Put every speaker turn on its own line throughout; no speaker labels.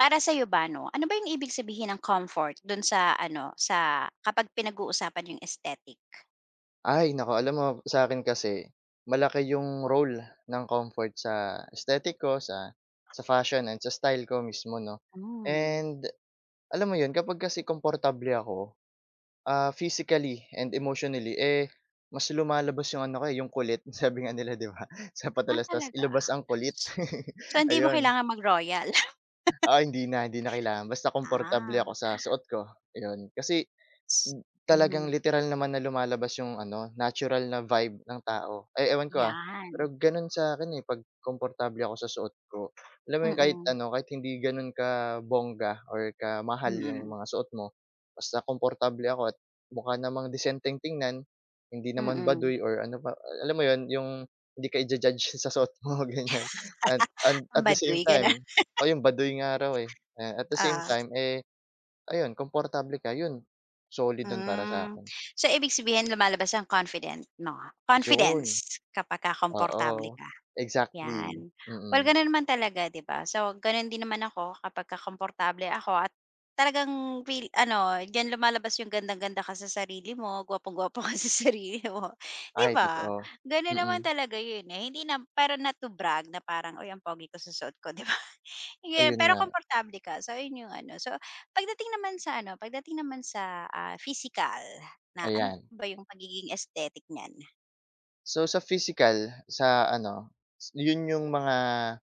Para sa iyo ba 'no, ano ba yung ibig sabihin ng comfort dun sa ano, sa kapag pinag-uusapan yung aesthetic?
Ay naku, alam mo sa akin kasi malaki yung role ng comfort sa aesthetic ko, sa fashion and sa style ko mismo 'no.
Hmm.
And alam mo yun kapag kasi komportable ako, physically and emotionally, eh, mas lumalabas yung ano ko, eh, yung kulit. Sabi nga nila 'di ba, sa
Ah,
patalastas
talaga?
ilabas ang kulit.
So, hindi mo
Ayun,
kailangan mag-royal?
oo, hindi na kailangan basta komportable ako
Ah,
sa suot ko, ayun. Kasi
s mhm,
Talagang literal naman na lumalabas yung ano, natural na vibe ng tao. Ay ewan ko,
'yan.
pero gano'n sa'kin, eh, 'pag komportable ako sa suot ko. Alam mo yun, kahit
Mm,
ano, kahit hindi gano'n kabongga or kamahal yung
mm,
mga suot mo, basta komportable ako at mukha namang disenteng tingnan, hindi naman
mm.
baduy or ano pa alam mo yun, yung hindi ka ija-judge sa suot mo, ganyan. And at the same
Pambaduy, gano'n?
time, o yung baduy nga raw, eh. Ayan, at the same
Oo,
time, eh. Ayun, komportable ka, yun solid nun para
hmm.
sa'kin.
So, ibig sabihin lumalabas ang confident 'no,
Ayun,
confidence kapag ka
oo,
komportable ka.
exactly,
'Yan. Well,
mm.
gano'n naman talaga, 'di ba? So, gano'n din naman ako kapag ka komportable ako at talagang feel ano, diyan lumalabas yung gandang-ganda ka sa sarili mo, gwapong-gwapo ka sa sarili mo, 'di
Ay,
ba?
totoo,
Gano'n
mm,
naman talaga yun, eh. Hindi na para na to brag na parang, "Uy, ang pogi ko sa suot ko," 'di ba? Yeah,
ayun
pero
nga,
komportable ka. So, yun yung ano. So, pagdating naman sa, physical na ano
ayan.
ba yung pagiging aesthetic niyan?
So, sa physical, sa ano, yun yung mga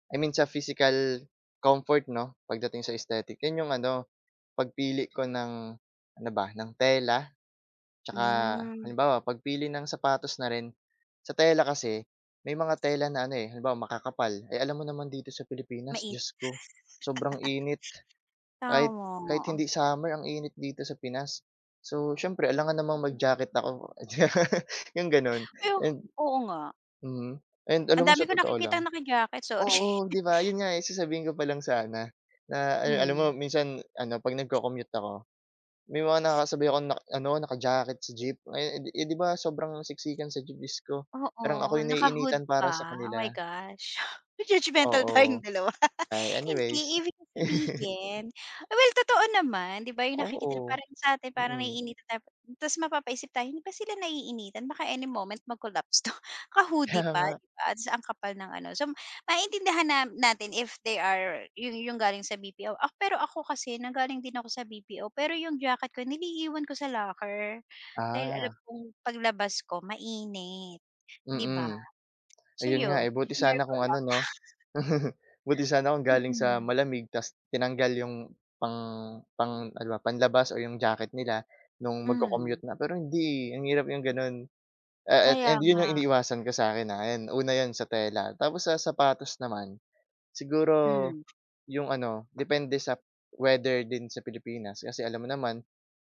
I mean sa physical comfort 'no, pagdating sa aesthetic, yun yung ano, pagpili ko ng ano ba, ng tela? Tsaka
Hmm.
halimbawa pagpili ng sapatos na rin, sa tela kasi may mga tela na ano, eh, halimbawa makakapal, eh, alam mo naman dito sa Pilipinas,
Mainit.
Diyos ko, sobrang init kahit kahit
Tama.
hindi summer ang init dito sa Pinas. So, siyempre alangan namang mag-jacket ako, yung gano'n
Ay, oh,
and
oo nga.
mhm, and
Ang
alam mo
dami
sa
ko
totoo lang
nakikitang naka-jacket, sorry.
oo, 'di ba, yun nga, eh, sasabihin ko pa lang sana na alam mo
Hmm.
minsan ano 'pag nagco-commute ako may mga nakakasabay akong nak ano, naka-jacket sa jeep. Ay eh, 'di ba sobrang siksikan sa jeep, Diyos ko. Parang ako
Oo,
yung
naka-hood
naiinitan para sa
pa. Oh my
kanila.
gosh. Judgemental tayong
Oo.
dalawa.
Ay,
Hindi,
anyways.
ibig kong sabihin well, totoo naman, 'di ba, yung nakikita na
Oo,
parang sa atin parang
mm.
naiinitan tayo tapos mapapaisip tayo, hindi ba sila naiinitan baka any moment mag-collapse 'to, naka-hoodie
Kaya
pa,
nga.
'di ba, ta's ang kapal ng ano. So, maiintindihan na natin if they are yung galing sa BPO. Ah, pero ako kasi nanggaling din ako sa BPO, pero yung jacket ko niliiwan ko sa locker dahil alam
Ah,
kong paglabas ko mainit, 'di ba?
mm.
So,
Ayun nga,
yun,
eh, buti
shinare
sana
ko
kung ano
lang.
'no, buti sana kung galing sa
Mm,
malamig ta's tinanggal yung pang pang ano ba, panlabas o yung jacket nila nung
hmm,
magco-commute na. Pero hindi, ang hirap yung gano'n. Ah, at
kaya
and yun
nga,
yung iniiwasan ko sa'kin, ayan una yun sa tela. Tapos sa sapatos naman, siguro
hmm.
yung ano, depende sa weather din sa Pilipinas kasi alam mo naman,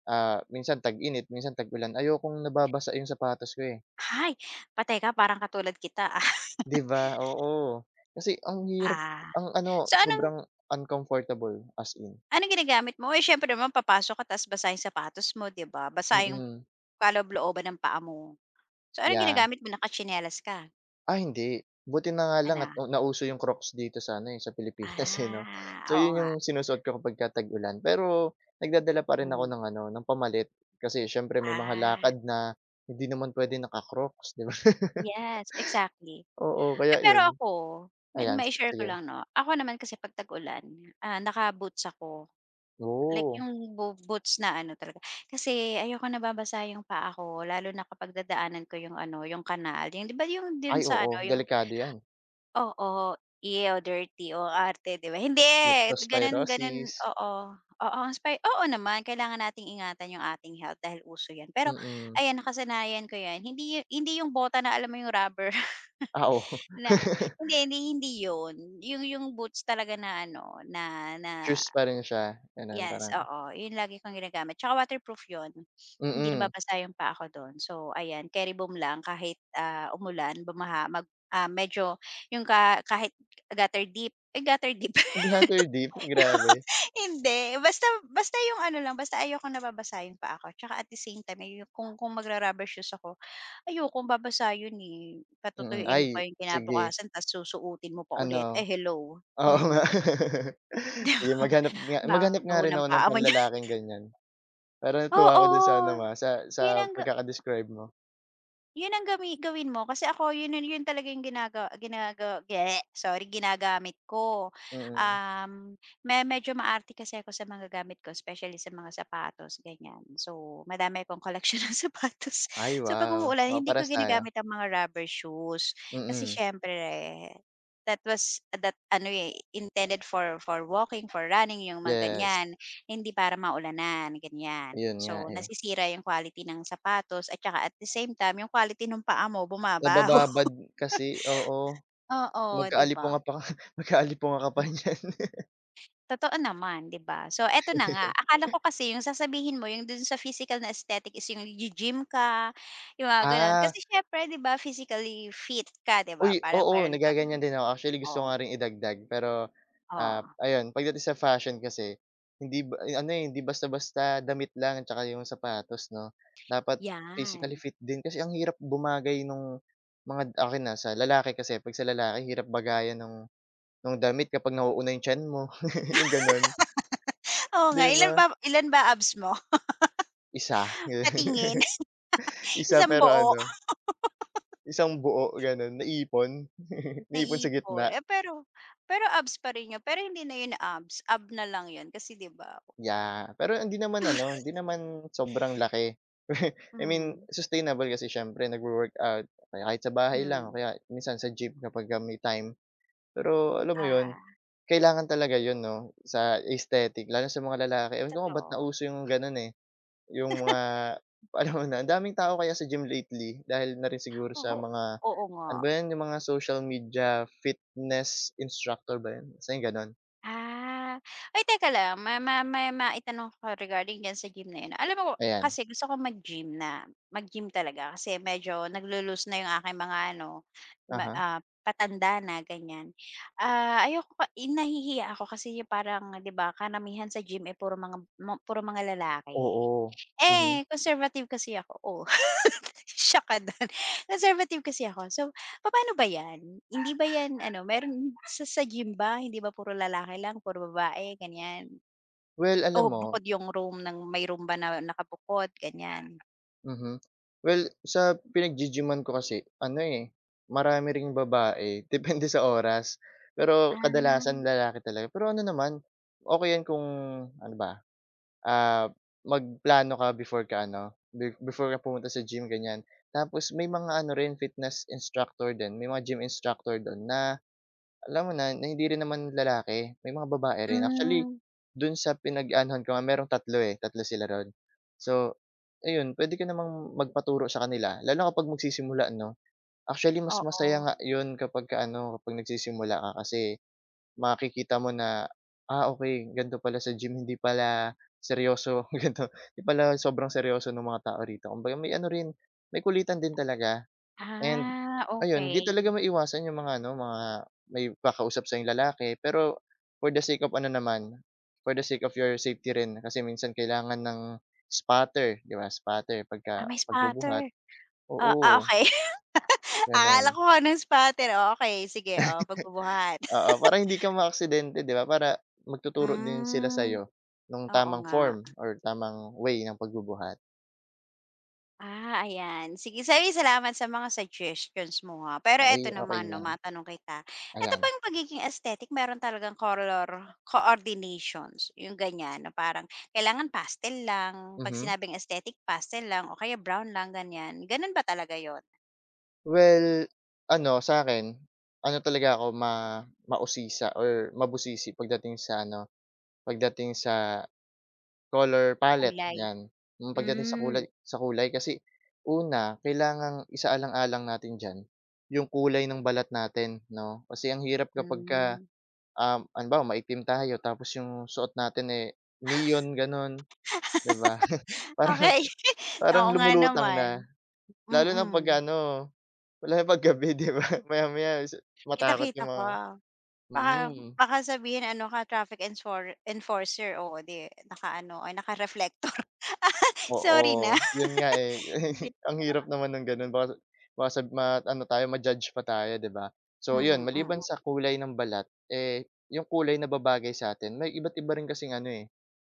minsan tag-init, minsan tag-ulan. Ayokong nababasa yung sapatos ko, eh.
Ay, patay ka parang katulad kita, ah.
'Di ba? Oo. Kasi ang hirap
Ah,
ang ano,
so anong
sobrang uncomfortable as in.
anong ginagamit mo? Eh, siyempre naman papasok ka ta's basa yung sapatos mo, 'di ba? Basa yung
Mm,
kaloob-looban ng paa mo. So, anong
yeah.
ginagamit mo? Nakatsinelas ka?
Ah, hindi. Buti na nga lang
Ano?
at na nauso yung Crocs dito sa ano, eh, sa Pilipinas, eh, 'no.
Ah,
So,
oo
yun
nga.
yung sinusuot ko kapagka tag-ulan. Pero nagdadala pa rin ako
Hmm,
ng ano, ng pamalit kasi siyempre may mga
ah,
lakad na hindi naman puwedeng naka-Crocs, 'di ba?
yes, exactly.
Oo, kaya
Eh,
yun.
pero ako, may
Ayan,
mai-share ko
sige.
lang 'no, ako naman kasi 'pag tag-ulan, naka-boots ako. Like
Oo.
yung boots na ano talaga. Kasi ayoko nababasa yung paa ko lalo na kapag dadaanan ko yung ano, yung kanal. Yung 'di ba yung din
Ay,
sa ano,
oo,
yung
delikado 'yan.
oo, ew, dirty o arte 'di ba? Hindi, ganun ganun
Leptospirosis,
oo. Oo, inspired oo naman kailangan nating ingatan yung ating health dahil uso yan. Pero
mm.
ayan, nakasanayan ko yan. Hindi yung bota na alam mo yung rubber
Ah, oo.
na hindi, hindi, hindi yun. Yung boots talaga na ano, na na
Shoes pa rin siya, gano'n
Yes,
parang
oo, yun lagi kong ginagamit tsaka waterproof yun. Hindi
mm.
nababasa yung pa ako dun. So ayan, carry boom lang kahit, ah, umulan, bumaha, mag ah, medyo yung ka kahit gutter deep.
Latter deep, grabe.
Hindi, basta basta yung ano lang, basta ayokong nababasa yung paa ko tsaka at the same time ay kung magra-rubber shoes ako, ayokong babasa yun, eh.
Mm.
Patutuyuin mo
Ay,
pa yung
sige
kinabukasan ta's susuotin mo pa ulit, eh,
ano.
hello.
Oo nga.
Hmm, 'di ba?
Sige maghanap nga maghanap
Baho
nga rin
ng
ako ng
paa mo.
panlalaking ganyan. Pero natuwa ako dun sa ano mo,
Oo,
ah, sa
yun
sa
ang ga
pagkaka mo.
yun ang gawin mo kasi ako yun yun yun talaga yung ginagawa ginagawa ge- sorry, ginagamit ko.
Mm.
Um, medyo maarte kasi ako sa mga gamit ko especially sa mga sapatos ganyan. So, madami akong collection ng sapatos.
Ay
So, 'pag
wow.
umuulan
Oo,
hindi ko
parehas tayo.
ginagamit ang mga rubber shoes kasi
Mm,
siyempre that ano, eh, intended for walking, for running, yung mga
yes.
ganyan. Hindi para maulanan, ganyan.
Yun nga,
So,
eh.
nasisira yung quality ng sapatos at saka at the same time yung quality ng paa mo bumabaho.
Nabababad kasi, oo.
Oo, 'di ba?
Magkalipunga pa magkalipunga ka pa
Yeah,
niyan.
totoo naman, 'di ba? So, eto na nga, akala ko kasi yung sasabihin mo yung dun sa physical na aesthetic is yung gym ka, yung mga gano'n.
Ah.
Kasi siyempre 'di ba physically fit ka, 'di ba?
Uy,
Parang
oo,
meron ka
naggaganyan din ako. Actually, gusto ko
oo,
nga rin idagdag pero,
oo,
ayun pagdating sa fashion kasi hindi ba eh, ano, eh, hindi basta-basta damit lang at saka yung sapatos 'no. Dapat physically
'yan.
fit din kasi ang hirap bumagay nung mga akin, na sa lalaki kasi 'pag sa lalaki hirap bagayan nung damit kapag nauuna yung tiyan mo, yung gano'n,
Oo nga,
'di ba?
ilan ba abs mo?
Isa,
Patingin,
isa
isang
pero
buo?
ano, isang buo gano'n, naipon, naipon sa
Naipon,
gitna.
eh, pero pero abs pa rin yun, pero hindi na yun abs, ab na lang yun kasi 'di ba?
Yeah, pero hindi naman ano, hindi naman sobrang laki. I mean,
Hmm,
sustainable kasi siyempre nagwo-workout, kaya kahit sa bahay lang o
hmm.
kaya minsan sa gym kapagka may time. Pero alam mo 'yun,
Ah,
kailangan talaga 'yun 'no, sa aesthetic lalo sa mga lalaki. Ewan ko nga ba't
totoo.
nauso yung gano'n, eh, yung mga alam mo na, ang daming tao kaya sa gym lately dahil na rin siguro
Oo,
sa mga
oo nga.
ano ba 'yan, yung mga social media fitness instructor ba 'yun, basta yung gano'n,
Ah. Ay teka lang, ma ma ma maitanong ko regarding diyan sa gym na yun. Alam mo
ayan.
kasi gusto ko mag-gym talaga kasi medyo naglulus na 'yung aking mga ano, ma
Aha huh
ah, patanda na ganiyan. Ah, ayoko ka eh, nahihiya ako kasi 'yung parang 'di ba karamihan sa gym, eh, puro mga lalaki.
oo, mhm.
Eh, conservative kasi ako. Oh, shock ka do'n. Conservative kasi ako. So paano ba 'yan? Hindi ba 'yan ano, meron sa gym ba hindi ba puro lalaki lang, puro babae ganyan?
Well, alam
O
mo.
bukod yung room ng may room ba na nakabukod ganyan?
Mhm. Well, sa pinaggi-gyman ko kasi ano, eh, marami ring babae, depende sa oras. Pero
Ah,
kadalasan lalaki talaga. Pero ano naman, okey 'yan kung ano ba, ah, magplano ka before ka ano, before ka pumunta sa gym, ganiyan. Tapos may mga ano rin, fitness instructor din, may mga gym instructor do'n na alam mo na, na hindi rin naman lalaki, may mga babae rin. Actually,
hmm,
dun sa pinag-aanuhan ko nga merong tatlo eh, tatlo sila ro'n. So, ayun pwede ka namang magpaturo sa kanila lalo kapag magsisimula 'no. Actually mas
oo.
masaya nga yun kapagka ano, kapag nagsisimula ka kasi makikita mo na, ah, okay, ganito pala sa gym hindi pala seryoso ganito, hindi pala sobrang seryoso nung mga tao rito. Kumbaga may ano rin, may kulitan din talaga. And
Ah,
ayun, di talaga
okay.
maiwasan yung mga ano, mga may kakausap sa'yong lalaki. Pero for the sake of ano naman, for the sake of your safety rin kasi minsan kailangan ng spotter, 'di ba, spotter
Ah, may
pagbubuhat.
spatter. Ah, ah,
Oo,
okey.
gano'n.
Akala ko anong spatter, oh, okey sige, oh, pagbubuhat.
Oo, para hindi ka maaksidente, 'di ba? Para magtuturo din sila sa
Hmm,
sa'yo ng
oo
tamang
nga.
form or tamang way ng pagbubuhat.
Ah, ayan. Sige, sige salamat sa mga suggestions mo, ha. Pero
Ay,
eto naman
okey
'no,
lang,
matanong kita. Eto
ayan.
bang pagiging aesthetic meron talagang color coordinations, yung ganyan na parang kailangan pastel lang, 'pag
Mhm.
sinabing aesthetic pastel lang o kaya brown lang, ganyan. Gano'n ba talaga yon,
Well, ano sa akin ano talaga ako mausisa or mabusisi pagdating sa ano, pagdating sa color palette
kulay?
'yan. Yung pagdating sa
Hmm,
kulay, sa kulay kasi una kailangang isaalang-alang natin diyan yung kulay ng balat natin 'no. Kasi ang hirap kapagka,
hmm.
halimbawa maitim tayo tapos yung suot natin, eh, neon gano'n, 'di ba? Parang
Okey,
parang
oo nga
lumulutang na.
naman. Mm,
Lalo na
mm.
'pag ano wala na 'pag gabi 'di ba, maya-maya is
kita
matakot
kita
yung
ko.
mga.
Baka
Mm.
baka sabihin ano ka traffic enfor enforcer, oo, 'di ano, ay naka-reflector. Sorry na.
Oo, yun nga, eh.
'Di
Ang hirap naman ng gano'n baka baka sab ma ano tayo, ma-judge pa tayo 'di ba? So yun,
hmm,
maliban
mm.
sa kulay ng balat, eh, yung kulay na babagay sa'tin may iba't iba rin kasing ano, eh,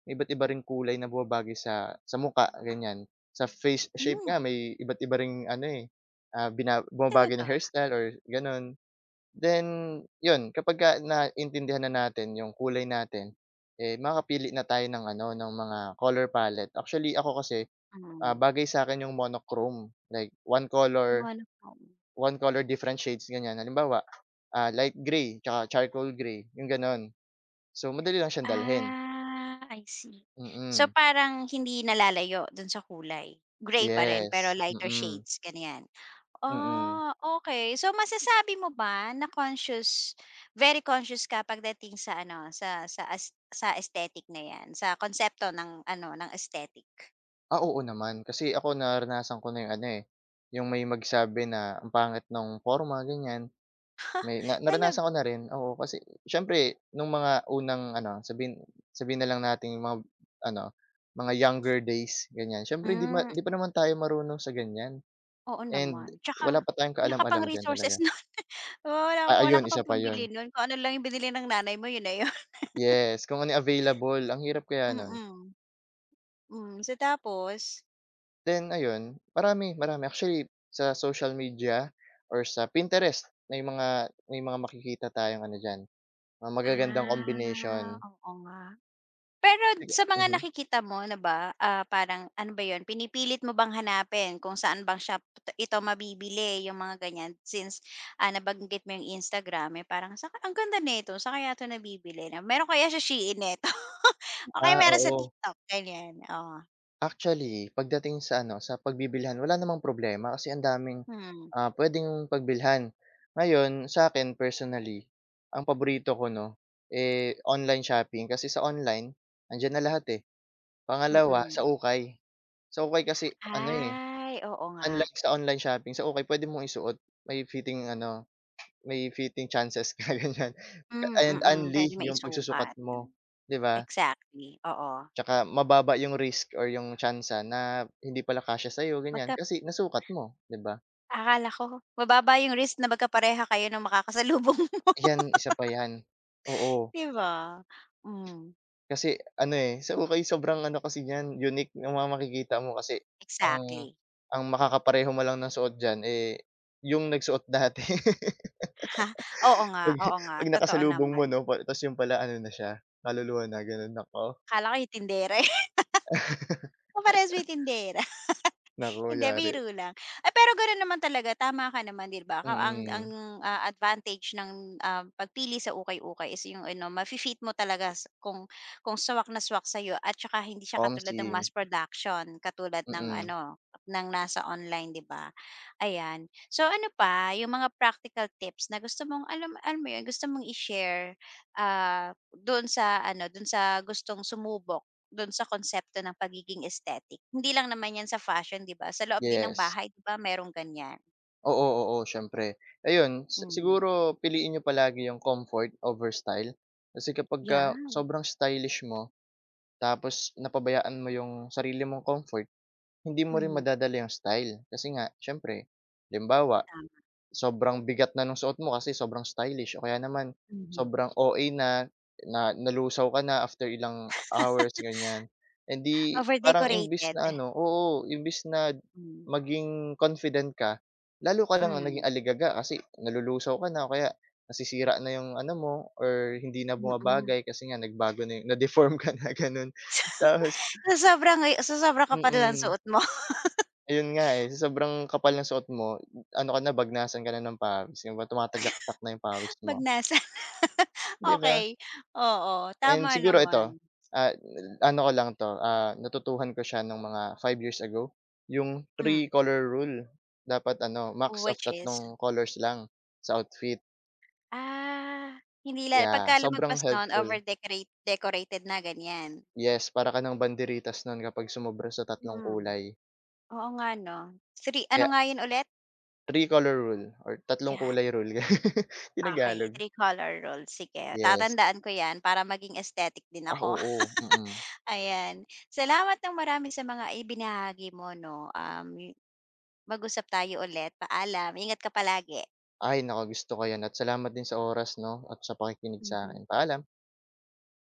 may iba't iba ring kulay na bumabagay sa mukha ganiyan. Sa face shape
Hmm,
nga may iba't iba ring ano, eh, ah, bina
ay
bumabagay na
talaga?
hairstyle or gano'n. Then, yun kapagka naintindihan na natin yung kulay natin, eh, makakapili na tayo ng ano, ng mga color palette. Actually ako kasi,
Mm.
bagay sa akin yung monochrome, like
Monochrome.
one color different shades ganyan. Halimbawa, light gray tsaka charcoal gray, yung gano'n. So, madali lang siyang dalhin.
Ah, I see.
Mm,
So,
mm
parang hindi nalalayo dun sa kulay, gray pa rin pero
yes, mm,
lighter
mm.
shades, ganiyan?
Mm mm.
Ah, okay. So masasabi mo ba na very conscious ka pagdating sa ano, sa aesthetic na 'yan, sa konsepto ng ano, ng aesthetic?
Ah, oo naman kasi ako naranasan ko na yung ano, eh, yung may magsabi na ang pangit ng forma ganyan. May na naranasan
Talaga?
ko na rin, oo. Kasi siyempre nung mga unang ano, sabihin sabihin na lang nating mga ano, mga younger days, ganyan. Siyempre
Hmm,
hindi pa naman tayo marunong sa ganyan
oo
and
naman. Tsaka
wala pa tayong
wala ka pang
kaalam-alam diyan
resources
talaga.
nun. wala
Ah,
wala ka
ayun, isa
pang
pa yun.
pambili nun. Kung ano lang yung binili ng nanay mo, yun na yun.
Yes, kung ano yung available, ang hirap kaya nun.
Mm-mm. Mm. Hmm, so tapos?
Then ayun, marami, marami. Actually sa social media or sa Pinterest may mga makikita tayong ano diyan, mga magagandang combination.
Ah, oo nga. Pero
Sige
sa mga
mhm.
nakikita mo ano ba, ah, parang ano ba yun, pinipilit mo bang hanapin kung saan bang ito mabibili yung mga ganyan since, ah, nabanggit mo yung Instagram, eh, parang saka ang ganda nito, sa kaya 'to nabibili na meron kaya sa Shein neto o kaya
Ah,
meron sa
oo.
TikTok ganyan, oo.
Actually, pagdating sa ano, sa pagbibilhan wala namang problema kasi ang daming,
Hmm,
pwedeng pagbilhan. Ngayon sa akin personally, ang paborito ko 'no, eh, online shopping kasi sa online andiyan na lahat, eh. Pangalawa
mm.
sa ukay. Sa ukay kasi ano, eh,
Ay, oo nga.
unlike sa online shopping, sa ukay puwede mong isuot, may fitting ano, may fitting chances ka, ganyan.
Hmm, mm,
And
mm-mm.
only
Pwede
yung pagsusukat
maisukat,
mo, 'di ba?
exactly, oo.
Tsaka mababa yung risk or yung tyansa na hindi pala kasya sa'yo ganyan,
Magka
kasi nasukat mo, 'di ba?
akala ko mababa yung risk na magkapareha kayo ng makakasalubong mo.
'Yan, isa pa 'yan, oo.
'Di ba? Hmm,
Kasi ano, eh, sa ukay sobrang ano kasi niyan, unique ng mga makikita mo kasi ang
exactly.
ang makakapareho mo lang ng suot diyan, eh, yung nagsuot dati. 'Pag
Oo nga,
'pag
totoo
nakasalubong
naman.
mo 'no, pa ta's yung pala ano na siya, kaluluwa na gano'n, naku.
Akala ko yung tindera, eh, kaparehas mo tindera.
Naku,
Hindi,
yari.
biro lang. Ay, pero gano'n naman talaga, tama ka naman, 'di ba? Ka ang,
Mm.
ah, advantage ng, ah, pagpili sa ukay-ukay is yung ano, mafi-fit mo talaga s kung swak na swak sa'yo at tsaka hindi siya katulad
OMSI,
ng mass production, katulad ng
mm,
ano, ng nasa online, 'di ba? Ayan. So, ano pa, yung mga practical tips na gusto mong alam alam mo yun, gusto mong i-share, ah, do'n sa gustong sumubok dun sa konsepto ng pagiging aesthetic. Hindi lang naman 'yan sa fashion 'di ba, sa loob din ng
yes.
bahay 'di ba merong ganyan?
Oo, oo, siyempre. Ayun,
Hmm,
siguro piliin niyo palagi yung comfort over style. Kasi kapagka
yeah,
sobrang stylish mo, tapos napabayaan mo yung sarili mong comfort, hindi mo rin
mhm,
madadala yung style. Kasi nga siyempre, halimbawa
tama,
sobrang bigat na nung suot mo kasi sobrang stylish o kaya naman
mhm.
sobrang OA na, na nalusaw ka na after ilang hours ganyan. Eh, di parang imbis
Over-decorated.
na ano oo, imbis na
Hmm,
maging confident ka, lalo ka
hmm,
lang ang naging
mm.
aligaga kasi nalulusaw ka na o kaya nasisira na yung ano mo or hindi na
Mm-mm.
bumabagay kasi nga nagbago na yung na-deform ka na gano'n. Tapos
Sa sobrang
mm.
kapal ng
Mm.
suot mo
Ayun nga, eh, sa sobrang kapal ng suot mo, ano ka na, bagnasan ka na ng pawis, yung ba tumatagaktak na yung pawis
'pag
mo,
nasa
'di ba?
okey, oo,
And
tama
siguro
naman.
ito, ah, ano ko lang 'to, natutuhan ko siya nung mga 5 years ago, yung
Hmm,
three color rule. Dapat ano, max of
which is?
tatlong colors lang sa outfit,
Ah, hindi la
yeah,
pagka lumagpas
sobrang
nun
helpful.
decorated na ganyan.
Yes, para ka ng banderitas nun kapag sumobra sa tatlong
Hmm,
kulay.
oo nga 'no. Three ano
Kaya
nga yun ulit?
three color rule or tatlong
Yeah.
kulay rule,
Okay,
Tinagalog,
three color rule, sige
yes.
tatandaan ko 'yan para maging aesthetic din
Ah,
ako,
oo, mm.
ayan. Salamat ng marami sa mga ibinahagi mo 'no, y- mag-usap tayo ulit, paalam, ingat ka palagi.
Ay naku, gusto ko 'yan at salamat din sa oras 'no, at sa pakikinig
Mhm.
sa'kin. Paalam.